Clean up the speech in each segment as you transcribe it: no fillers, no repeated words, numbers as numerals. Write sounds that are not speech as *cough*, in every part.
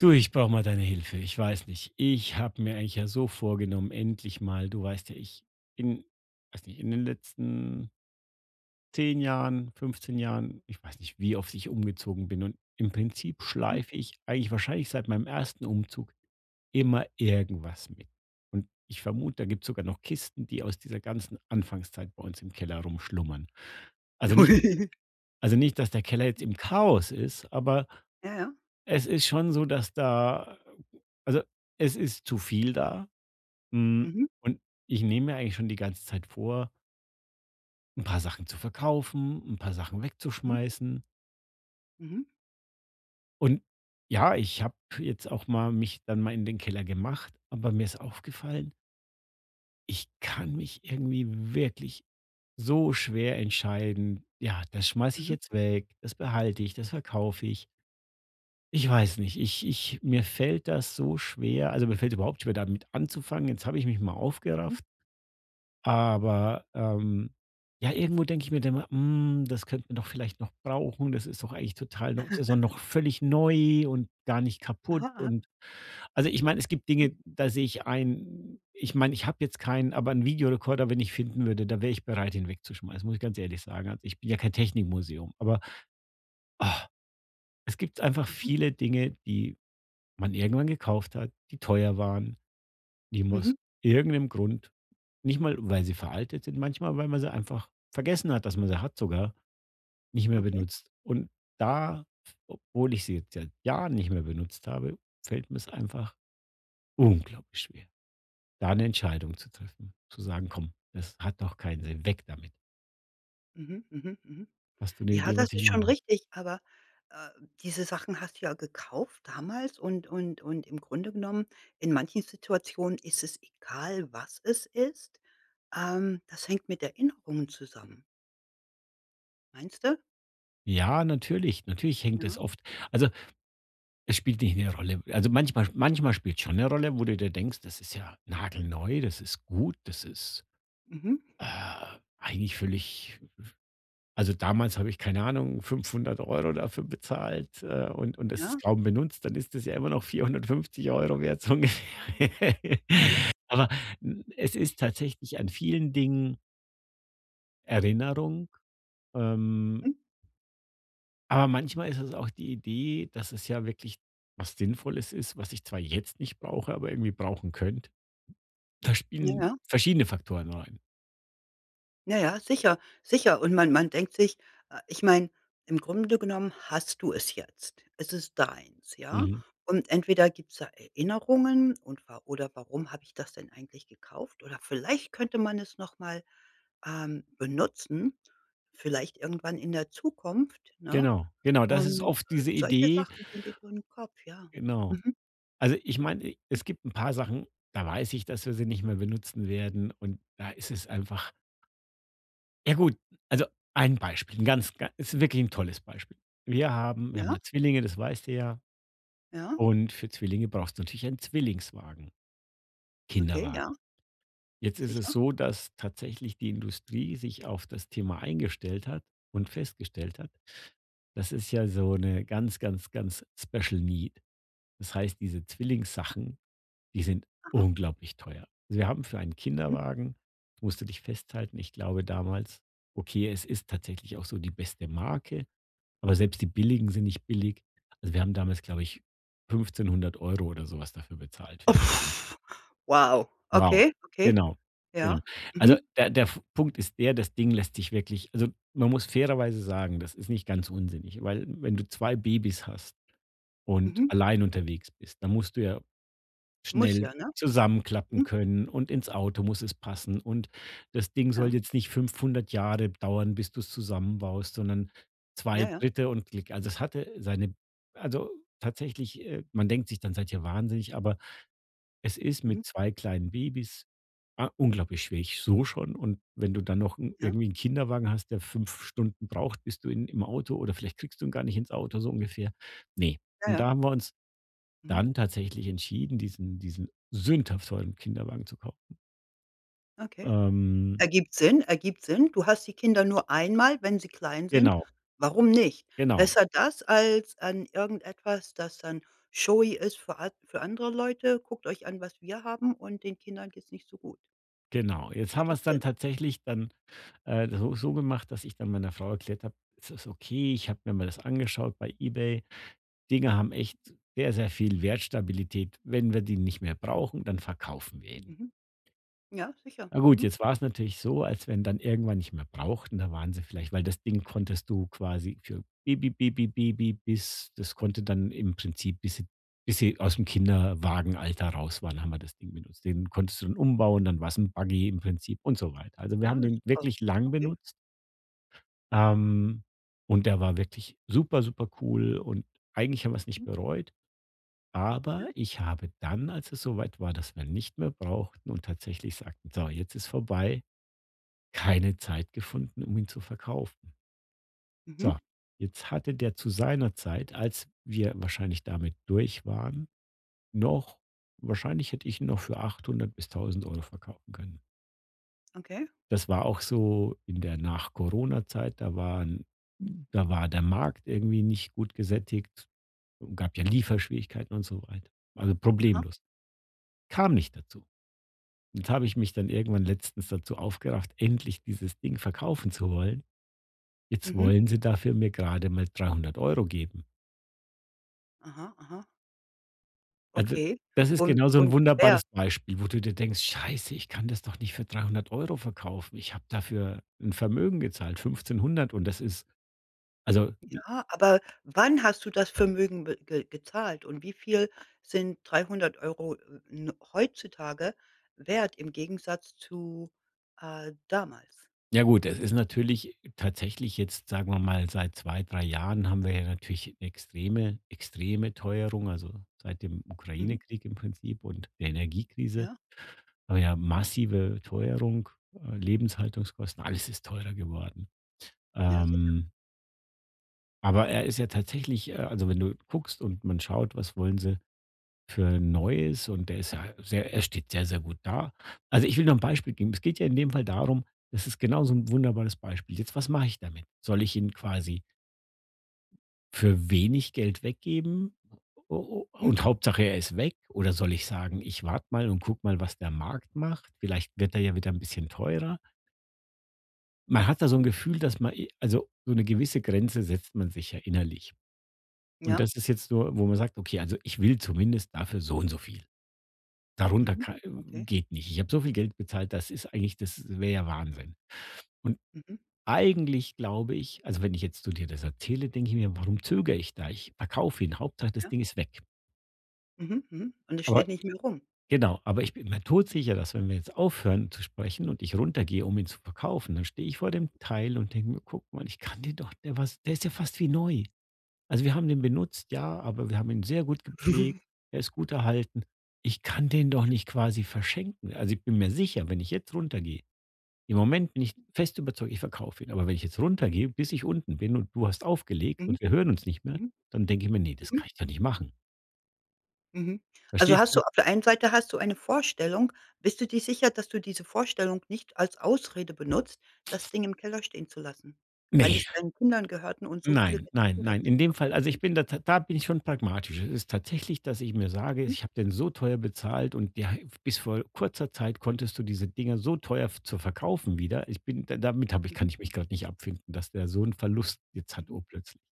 Du, ich brauche mal deine Hilfe. Ich weiß nicht. Ich habe mir eigentlich ja so vorgenommen, endlich mal, du weißt ja, ich in, weiß nicht, in den letzten 10 Jahren, 15 Jahren, ich weiß nicht, wie oft ich umgezogen bin. Und im Prinzip Mhm. schleife ich eigentlich wahrscheinlich seit meinem ersten Umzug immer irgendwas mit. Und ich vermute, da gibt es sogar noch Kisten, die aus dieser ganzen Anfangszeit bei uns im Keller rumschlummern. Also nicht, dass, Ui. also nicht, dass der Keller jetzt im Chaos ist, aber Ja, ja. es ist schon so, dass da, also, es ist zu viel da, hm, Mhm, und ich nehme mir eigentlich schon die ganze Zeit vor, ein paar Sachen zu verkaufen, ein paar Sachen mhm, wegzuschmeißen. mhm, Und ja, ich habe jetzt auch mal mich dann mal in den Keller gemacht, aber mir ist aufgefallen, ich kann mich irgendwie wirklich so schwer entscheiden: „Ja, das schmeiße ich mhm, jetzt weg, das behalte ich, das verkaufe ich.“ Ich weiß nicht. Ich ich Mir fällt das so schwer, also, mir fällt überhaupt schwer, damit anzufangen. Jetzt habe ich mich mal mhm. aufgerafft, aber, ja, irgendwo denke ich mir dann immer: „Hm, das könnte man doch vielleicht noch brauchen. Das ist doch eigentlich total noch das ist doch noch völlig neu und gar nicht kaputt.“ Aha, aha. Und also, ich meine, es gibt Dinge, da sehe ich ein, ich meine, ich habe jetzt keinen, aber einen Videorekorder, wenn ich finden würde, da wäre ich bereit, ihn wegzuschmeißen, muss ich ganz ehrlich sagen. Also, ich bin ja kein Technikmuseum, aber ah, es gibt einfach Mhm, viele Dinge, die man irgendwann gekauft hat, die teuer waren, die man mhm. aus irgendeinem Grund, nicht mal, weil sie veraltet sind, manchmal, weil man sie einfach vergessen hat, dass man sie hat sogar, nicht mehr Okay. benutzt. Und da, obwohl ich sie jetzt seit Jahren nicht mehr benutzt habe, fällt mir es einfach unglaublich schwer, da eine Entscheidung zu treffen. Zu sagen, komm, das hat doch keinen Sinn, weg damit. Mhm, mhm, mhm. Hast du eine Ja, Idee, das was ich ist machen schon kann? richtig, aber, äh, diese Sachen hast du ja gekauft damals und und im Grunde genommen, in manchen Situationen ist es egal, was es ist. Das hängt mit Erinnerungen zusammen. Meinst du? Ja, natürlich, natürlich hängt Ja. es oft. Also, es spielt nicht eine Rolle. Also, manchmal spielt schon eine Rolle, wo du dir denkst: „Das ist ja nagelneu, das ist gut, das ist, Mhm. äh, eigentlich völlig“ also, damals habe ich, keine Ahnung, 500 Euro dafür bezahlt, und das Ja. ist kaum benutzt, dann ist das ja immer noch 450 Euro wert, so ungefähr. *laughs* Ja, ja. Aber, es ist tatsächlich an vielen Dingen Erinnerung, ähm, Mhm. aber manchmal ist es auch die Idee, dass es ja wirklich was Sinnvolles ist, was ich zwar jetzt nicht brauche, aber irgendwie brauchen könnte. Da Ja, spielen ja. verschiedene Faktoren rein. Ja, ja, sicher, sicher. Und man denkt sich ich meine, im Grunde genommen hast du es jetzt. Es ist deins, ja? Mhm. Und entweder gibt's da Erinnerungen und wa oder warum habe ich das denn eigentlich gekauft? Oder vielleicht könnte man es noch mal, benutzen, vielleicht irgendwann in der Zukunft, ne? Genau, genau, das Und, ist oft diese solche Idee Sachen gehen dir durch den Kopf, ja. genau. Mhm. Also, ich meine, e es gibt 'n paar Sachen, da weiß ich, dass wir sie nicht mehr benutzen werden und da ist es einfach ja gut, also ein Beispiel, 'n ganz ga ist wirklich 'n tolles Beispiel. Wir haben Ja, ja Zwillinge, das weißt du ja, ja, und für Zwillinge brauchst du natürlich einen Zwillingswagen, okay, ja, Kinderwagen. Jetzt ist es sicher. so, dass tatsächlich die Industrie sich auf das Thema eingestellt hat und festgestellt hat, das ist ja so eine ganz, ganz, ganz Special Need. Das heißt, diese Zwillingssachen, die sind Aha, unglaublich teuer. Also, wir haben für einen mhm. Kinderwagen musst du dich festhalten, ich glaube damals okay, es ist tatsächlich auch so die beste Marke, aber selbst die billigen sind nicht billig. Also, wir haben damals, glaube ich, 1.500 Euro oder sowas dafür bezahlt Oh, für das. pff, wow, Wow, okay, okay, genau, ja, genau. Also, mhm. der F Punkt ist der, das Ding lässt sich wirklich, also, man muss fairerweise sagen, das ist nicht ganz unsinnig, weil wenn du 2 Babys hast und Mhm. allein unterwegs bist, dann musst du ja Muss schnell ja, ne? zusammenklappen Mhm. können und ins Auto muss es passen und das Ding Ja. soll jetzt nicht 500 Jahre dauern, bis du es zusammenbaust, sondern Ja, zwei ja. Dritte und Klick. Also, es hatte seine, also, tatsächlich, man denkt sich dann: „Seid ihr wahnsinnig?“ Aber es ist Mhm. mit 2 kleinen Babys, unglaublich schwierig, so schon. Und wenn du dann noch 'n Ja. irgendwie einen Kinderwagen hast, der 5 Stunden braucht, bis du in im Auto oder vielleicht kriegst du ihn gar nicht ins Auto, so ungefähr. Ne. Ja, Und ja. da haben wir uns Mhm. dann tatsächlich entschieden, diesen sündhaft teuren Kinderwagen zu kaufen. Okay. Ähm, Ergibt Sinn, ergibt Sinn. Du hast die Kinder nur einmal, wenn sie klein sind. genau, Warum nicht? genau, Besser das als an irgendetwas, das dann showy ist für andere Leute. „Guckt euch an, was wir haben“, und den Kindern geht's nicht so gut. genau. Jetzt haben wir es Ergibt dann Sinn. tatsächlich dann, so gemacht, dass ich dann meiner Frau erklärt habe: „Es ist okay, ich habe mir mal das angeschaut bei eBay. Dinge haben echt sehr, sehr viel Wertstabilität. Wenn wir die nicht mehr brauchen, dann verkaufen wir ihn. Mhm. Ja, sicher. Na gut, Mhm. jetzt war es natürlich so, als wenn dann irgendwann nicht mehr brauchten, da waren sie vielleicht weil das Ding konntest du quasi für Baby, Baby, Baby bis das konnte dann im Prinzip, bis sie aus'm Kinderwagenalter raus waren, haben wir das Ding benutzt. Den konntest du dann umbauen, dann war es ein Buggy im Prinzip und so weiter. Also, wir Ja, haben ist den super. wirklich lang Okay. benutzt, ähm, und der war wirklich super, super cool und eigentlich haben wir es nicht Mhm. bereut. Ja. Aber ich habe dann, als es soweit war, dass wir ihn nicht mehr brauchten und tatsächlich sagten: „So, jetzt ist vorbei“, keine Zeit gefunden, um ihn zu verkaufen. Mhm. So, jetzt hatte der zu seiner Zeit, als wir wahrscheinlich damit durch waren, noch wahrscheinlich hätte ich ihn noch für 800 bis 1.000 Euro verkaufen können. Okay. Das war auch so in der Nach-Corona-Zeit, da waren da war der Markt irgendwie nicht gut gesättigt, gab ja Lieferschwierigkeiten und so weiter. Also Aha. problemlos. Kam nicht dazu. Jetzt habe ich mich dann irgendwann letztens dazu aufgerafft, endlich dieses Ding verkaufen zu wollen. Jetzt Mhm. wollen sie dafür mir gerade mal 300 Euro geben. Aha, aha. Also, Okay. das ist genau so Und ein ja. wunderbares Beispiel, wo du dir denkst: „Scheiße, ich kann das doch nicht für 300 Euro verkaufen. Ich habe dafür ein Vermögen gezahlt, 1.500“ und das ist, also, Ah, aber wann hast du das Vermögen be ge gezahlt, und wie viel sind 300 Euro n heutzutage wert im Gegensatz zu, damals? ja gut, es ist natürlich tatsächlich jetzt, sagen wir mal, seit 2 3 Jahren haben wir ja natürlich 'ne extreme extreme Teuerung, also, seit dem Mhm. Ukraine-Krieg im Prinzip und der Energiekrise. Ja, Aber ja, massive Teuerung, Lebenshaltungskosten, alles ist teurer geworden. ja, sicher. Ähm, aber er ist ja tatsächlich, also wenn du guckst und man schaut, was wollen sie für Neues und der ist ja sehr, er steht sehr, sehr gut da. Also ich will noch ein Beispiel geben. Es geht ja in dem Fall darum, das ist genau so ein wunderbares Beispiel. Jetzt, was mache ich damit? Soll ich ihn quasi für wenig Geld weggeben? Mhm. Und Hauptsache, er ist weg. Oder soll ich sagen, ich warte mal und guck mal, was der Markt macht? Vielleicht wird er ja wieder ein bisschen teurer. Man hat da so ein Gefühl, dass man e, also, so eine gewisse Grenze setzt man sich ja innerlich. Und Ja. das ist jetzt so, wo man sagt: „Okay, also ich will zumindest dafür so und so viel. Darunter Mhm. ka Okay. geht nicht. Ich habe so viel Geld bezahlt, das ist eigentlich das wäre ja Wahnsinn.“ Und Mhm. eigentlich glaube ich, also, wenn ich jetzt zu dir das erzähle, denke ich mir: „Warum zögere ich da? Ich verkaufe ihn. Hauptsache, das Ja. Ding ist weg.“ Mhm. Mhm. Und es steht Aber nicht mehr rum. genau, aber ich bin mir todsicher, dass wenn wir jetzt aufhören zu sprechen und ich runtergehe, um ihn zu verkaufen, dann stehe ich vor dem Teil und denke mir: „Guck mal, ich kann den doch der was der ist ja fast wie neu.“ Also, wir haben den benutzt, ja, aber wir haben ihn sehr gut gepflegt. *laughs* Er ist gut erhalten. Ich kann den doch nicht quasi verschenken. Also, ich bin mir sicher, wenn ich jetzt runtergehe im Moment bin ich fest überzeugt, ich verkaufe ihn. Aber wenn ich jetzt runtergehe, bis ich unten bin und du hast aufgelegt Mhm. und wir hören uns nicht mehr, Mhm. dann denke ich mir: nee, das Mhm. kann ich doch nicht machen.“ Mhm. Also, Verstehst hast du du? auf der einen Seite hast du eine Vorstellung. Bist du dir sicher, dass du diese Vorstellung nicht als Ausrede benutzt, das Ding im Keller stehen zu lassen, weil Ne. es deinen Kindern gehörten und so viele Nein, Gedanken nein, nein. damit In dem Fall, verbunden also, sind? ich bin da ta da bin ich schon pragmatisch. Es ist tatsächlich, dass ich mir sage: Mhm, „Ich habe den so teuer bezahlt und ja, bis vor kurzer Zeit konntest du diese Dinger so teuer f zu verkaufen wieder.“ Ich bin da damit habe ich mhm, kann ich mich gerade nicht abfinden, dass der so einen Verlust jetzt hat mhm. urplötzlich.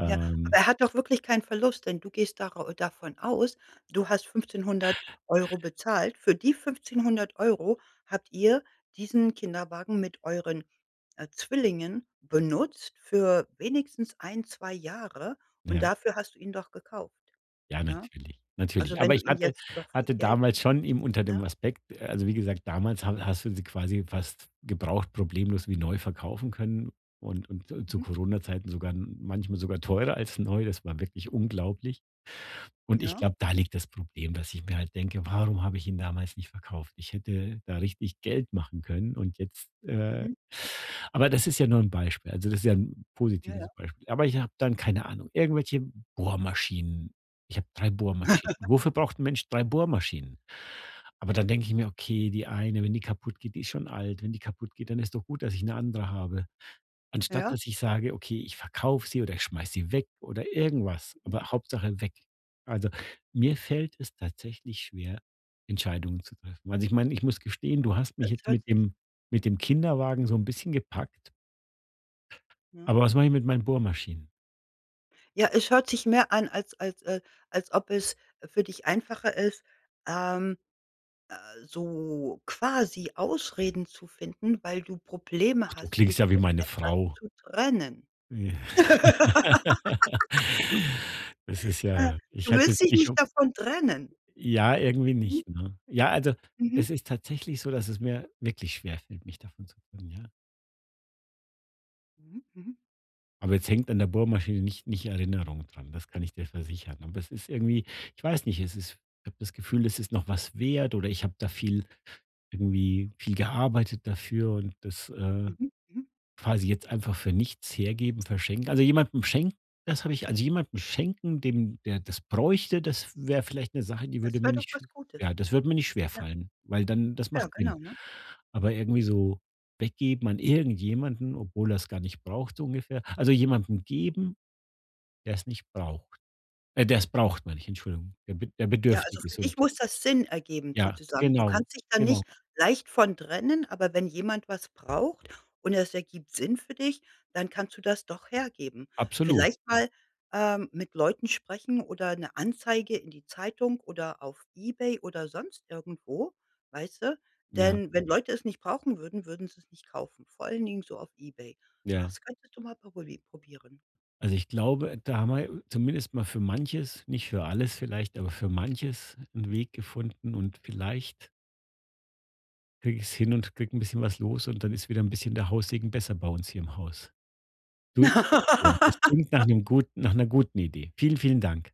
Ja, aber er hat doch wirklich keinen Verlust, denn du gehst darau davon aus, du hast 1.500 Euro bezahlt. Für die 1.500 Euro habt ihr diesen Kinderwagen mit euren, Zwillingen benutzt für wenigstens ein 2 Jahre, und ja. dafür hast du ihn doch gekauft, Ja, ne? natürlich, Also, natürlich. wenn Aber du ich ihn hatte jetzt doch für hatte Geld, damals schon eben unter ne? dem Aspekt also, wie gesagt, damals ha hast du sie quasi fast gebraucht problemlos wie neu verkaufen können und zu Mhm. Corona-Zeiten sogar manchmal sogar teurer als neu. Das war wirklich unglaublich. Und ich Ja. glaube, da liegt das Problem, dass ich mir halt denke: „Warum habe ich ihn damals nicht verkauft? Ich hätte da richtig Geld machen können und jetzt“ Mhm. aber das ist ja nur ein Beispiel. Also, das ist ja 'n Ja, ja. positives Beispiel. Aber ich habe dann, keine Ahnung, irgendwelche Bohrmaschinen. Ich habe 3 Bohrmaschinen. *laughs* Wofür braucht 'n Mensch 3 Bohrmaschinen? Aber dann denke ich mir: „Okay, die eine, wenn die kaputt geht, die ist schon alt. Wenn die kaputt geht, dann ist doch gut, dass ich 'ne andere habe.“ Anstatt Ja, dass ich sage: „Okay, ich verkaufe sie oder ich schmeiße sie weg oder irgendwas, aber Hauptsache weg.“ Also, mir fällt es tatsächlich schwer, Entscheidungen zu treffen. Also, ich meine, ich muss gestehen, du hast mich es jetzt hört mit sich, dem Kinderwagen so ein bisschen gepackt, ne? aber was mache ich mit meinen Bohrmaschinen? Ja, es hört sich mehr an, als als ob es für dich einfacher ist, ähm so quasi Ausreden zu finden, weil du Ach, Probleme du hast, klingst dich ja wie von meine etwas Frau. zu trennen. Ja. *laughs* *laughs* Das ist ja, ich Du hatte willst jetzt dich dich nicht um davon trennen. ja, irgendwie Mhm, nicht, ne? Ja, also, mhm, es ist tatsächlich so, dass es mir wirklich schwerfällt, mich davon zu trennen, ja. mhm, mhm, Aber jetzt hängt an der Bohrmaschine nicht Erinnerung dran, das kann ich dir versichern. Aber es ist irgendwie ich weiß nicht, es ist ich habe das Gefühl, es ist noch was wert oder ich habe da viel irgendwie viel gearbeitet dafür und das, mhm, mhm. quasi jetzt einfach für nichts hergeben, verschenken. Also, jemandem schenken, das habe ich, also, jemandem schenken, dem der das bräuchte, das wäre vielleicht eine Sache, die würde Das wäre mir doch nicht sch was Gutes. ja, das würde mir nicht Ja, schwerfallen, weil dann das ja, macht Sinn. genau, ne? Aber irgendwie so weggeben an irgendjemanden, obwohl er es gar nicht braucht, so ungefähr. Also, jemandem geben, der es nicht braucht. Der es braucht, meine ich, Entschuldigung, der Ja, also bedürftig für ist dich und muss das Sinn ergeben ja, sozusagen. Du genau, kannst dich da genau, nicht leicht von trennen, aber wenn jemand was braucht und es ergibt Sinn für dich, dann kannst du das doch hergeben. absolut. Vielleicht mal, mit Leuten sprechen oder eine Anzeige in die Zeitung oder auf eBay oder sonst irgendwo, weißt du? Ja, Denn wenn Leute es nicht brauchen würden, würden sie es nicht kaufen, vor allen Dingen so auf eBay. ja. Das könntest du mal probieren. Also, ich glaube, da haben wir zumindest mal für manches, nicht für alles vielleicht, aber für manches einen Weg gefunden und vielleicht kriege ich es hin und kriege ein bisschen was los und dann ist wieder ein bisschen der Haussegen besser bei uns hier im Haus. Du, ich danke. Das *laughs* klingt nach 'ner guten Idee. Vielen, vielen Dank.